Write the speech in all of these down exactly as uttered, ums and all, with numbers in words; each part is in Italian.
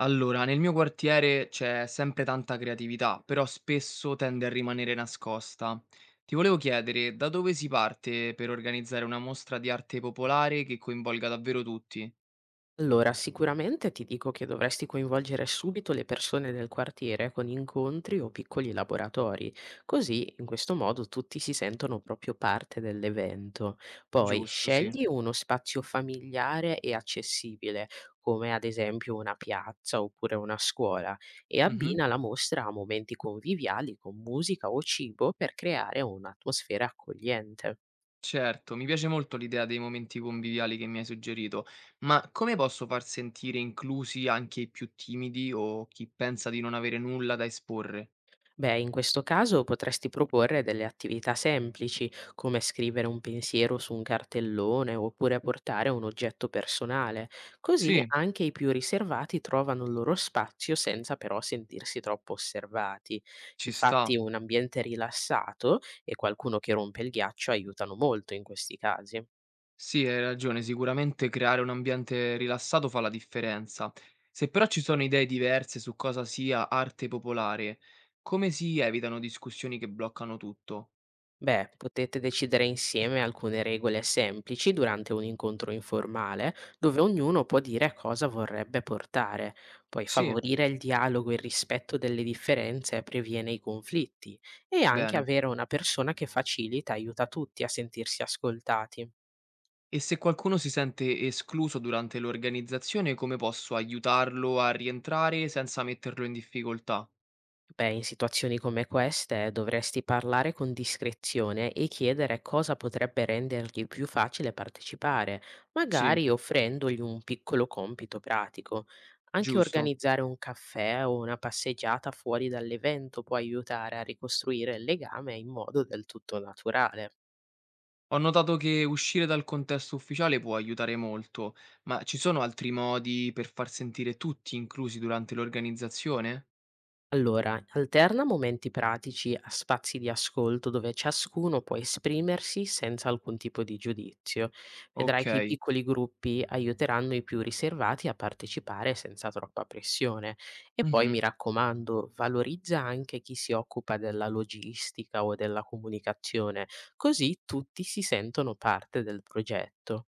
Allora, nel mio quartiere c'è sempre tanta creatività, però spesso tende a rimanere nascosta. Ti volevo chiedere, da dove si parte per organizzare una mostra di arte popolare che coinvolga davvero tutti? Allora, sicuramente ti dico che dovresti coinvolgere subito le persone del quartiere con incontri o piccoli laboratori, così in questo modo tutti si sentono proprio parte dell'evento. Poi Giusto, sì. scegli uno spazio familiare e accessibile, come ad esempio una piazza oppure una scuola, e Mhm. abbina la mostra a momenti conviviali con musica o cibo per creare un'atmosfera accogliente. Certo, mi piace molto l'idea dei momenti conviviali che mi hai suggerito, ma come posso far sentire inclusi anche i più timidi o chi pensa di non avere nulla da esporre? Beh, in questo caso potresti proporre delle attività semplici, come scrivere un pensiero su un cartellone oppure portare un oggetto personale, così Sì, anche i più riservati trovano il loro spazio senza però sentirsi troppo osservati. ci Infatti, sta. un ambiente rilassato e qualcuno che rompe il ghiaccio aiutano molto in questi casi. Sì, hai ragione, sicuramente creare un ambiente rilassato fa la differenza. Se però ci sono idee diverse su cosa sia arte popolare, come si evitano discussioni che bloccano tutto? Beh, potete decidere insieme alcune regole semplici durante un incontro informale, dove ognuno può dire cosa vorrebbe portare. Poi Sì, favorire il dialogo e il rispetto delle differenze previene i conflitti e anche bene. avere una persona che facilita aiuta tutti a sentirsi ascoltati. E se qualcuno si sente escluso durante l'organizzazione, come posso aiutarlo a rientrare senza metterlo in difficoltà? Beh, in situazioni come queste dovresti parlare con discrezione e chiedere cosa potrebbe rendergli più facile partecipare, Sì, magari offrendogli un piccolo compito pratico. Anche giusto. organizzare un caffè o una passeggiata fuori dall'evento può aiutare a ricostruire il legame in modo del tutto naturale. Ho notato che uscire dal contesto ufficiale può aiutare molto, ma ci sono altri modi per far sentire tutti inclusi durante l'organizzazione? Allora, alterna momenti pratici a spazi di ascolto dove ciascuno può esprimersi senza alcun tipo di giudizio. Vedrai che i Ok. piccoli gruppi aiuteranno i più riservati a partecipare senza troppa pressione. E poi Mhm. mi raccomando, valorizza anche chi si occupa della logistica o della comunicazione, così tutti si sentono parte del progetto.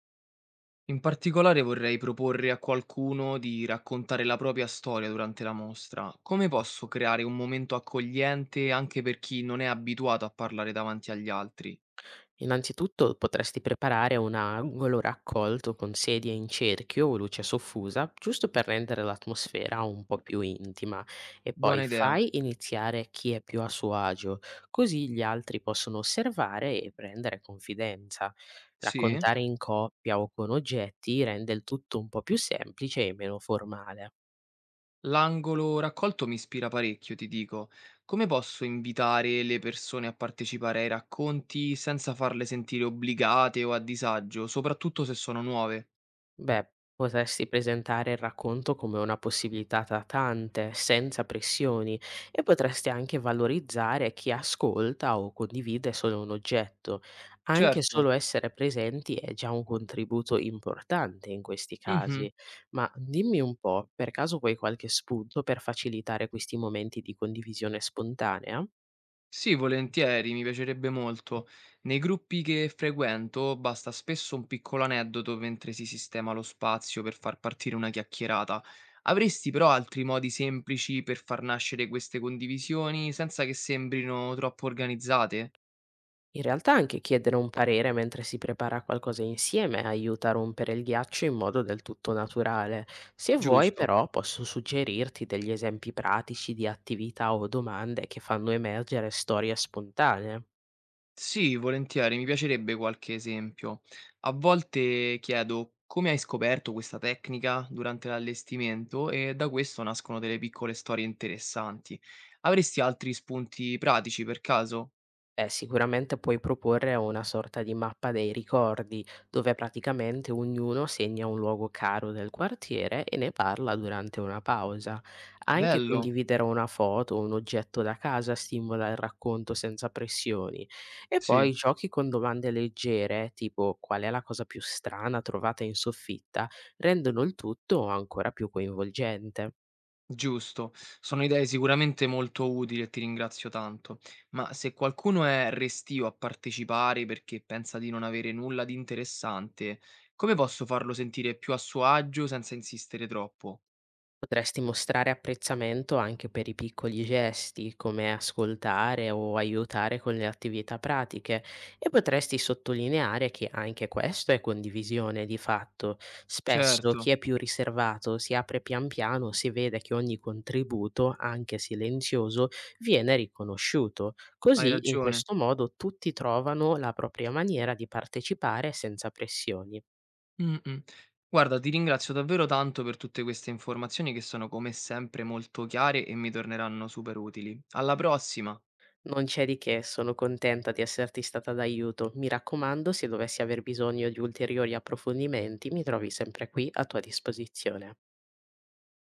In particolare vorrei proporre a qualcuno di raccontare la propria storia durante la mostra. Come posso creare un momento accogliente anche per chi non è abituato a parlare davanti agli altri? Innanzitutto potresti preparare un angolo raccolto con sedie in cerchio o luce soffusa, giusto per rendere l'atmosfera un po' più intima, e poi Buona idea. fai iniziare chi è più a suo agio, così gli altri possono osservare e prendere confidenza. Sì? Raccontare in coppia o con oggetti rende il tutto un po' più semplice e meno formale. L'angolo raccolto mi ispira parecchio, ti dico. Come posso invitare le persone a partecipare ai racconti senza farle sentire obbligate o a disagio, soprattutto se sono nuove? Beh, potresti presentare il racconto come una possibilità tra tante, senza pressioni, e potresti anche valorizzare chi ascolta o condivide solo un oggetto. Anche solo Certo. essere presenti è già un contributo importante in questi Mhm. casi. Ma dimmi un po', per caso vuoi qualche spunto per facilitare questi momenti di condivisione spontanea? Sì, volentieri, mi piacerebbe molto. Nei gruppi che frequento basta spesso un piccolo aneddoto mentre si sistema lo spazio per far partire una chiacchierata. Avresti però altri modi semplici per far nascere queste condivisioni senza che sembrino troppo organizzate? In realtà anche chiedere un parere mentre si prepara qualcosa insieme aiuta a rompere il ghiaccio in modo del tutto naturale. Se vuoi Giusto. però posso suggerirti degli esempi pratici di attività o domande che fanno emergere storie spontanee. Sì, volentieri, mi piacerebbe qualche esempio. A volte chiedo come hai scoperto questa tecnica durante l'allestimento e da questo nascono delle piccole storie interessanti. Avresti altri spunti pratici per caso? Beh, sicuramente puoi proporre una sorta di mappa dei ricordi, dove praticamente ognuno segna un luogo caro del quartiere e ne parla durante una pausa. Anche Bello, condividere una foto o un oggetto da casa stimola il racconto senza pressioni. E poi sì, giochi con domande leggere, tipo qual è la cosa più strana trovata in soffitta, rendono il tutto ancora più coinvolgente. giusto. Sono idee sicuramente molto utili e ti ringrazio tanto. Ma se qualcuno è restio a partecipare perché pensa di non avere nulla di interessante, come posso farlo sentire più a suo agio senza insistere troppo? Potresti mostrare apprezzamento anche per i piccoli gesti, come ascoltare o aiutare con le attività pratiche, e potresti sottolineare che anche questo è condivisione di fatto. Spesso chi Certo, è più riservato si apre pian piano se vede che ogni contributo, anche silenzioso, viene riconosciuto. hai Così, in ragione. questo modo, tutti trovano la propria maniera di partecipare senza pressioni. Mh-mh. Guarda, ti ringrazio davvero tanto per tutte queste informazioni che sono come sempre molto chiare e mi torneranno super utili. Alla prossima! Non c'è di che, sono contenta di esserti stata d'aiuto. Mi raccomando, se dovessi aver bisogno di ulteriori approfondimenti, mi trovi sempre qui a tua disposizione.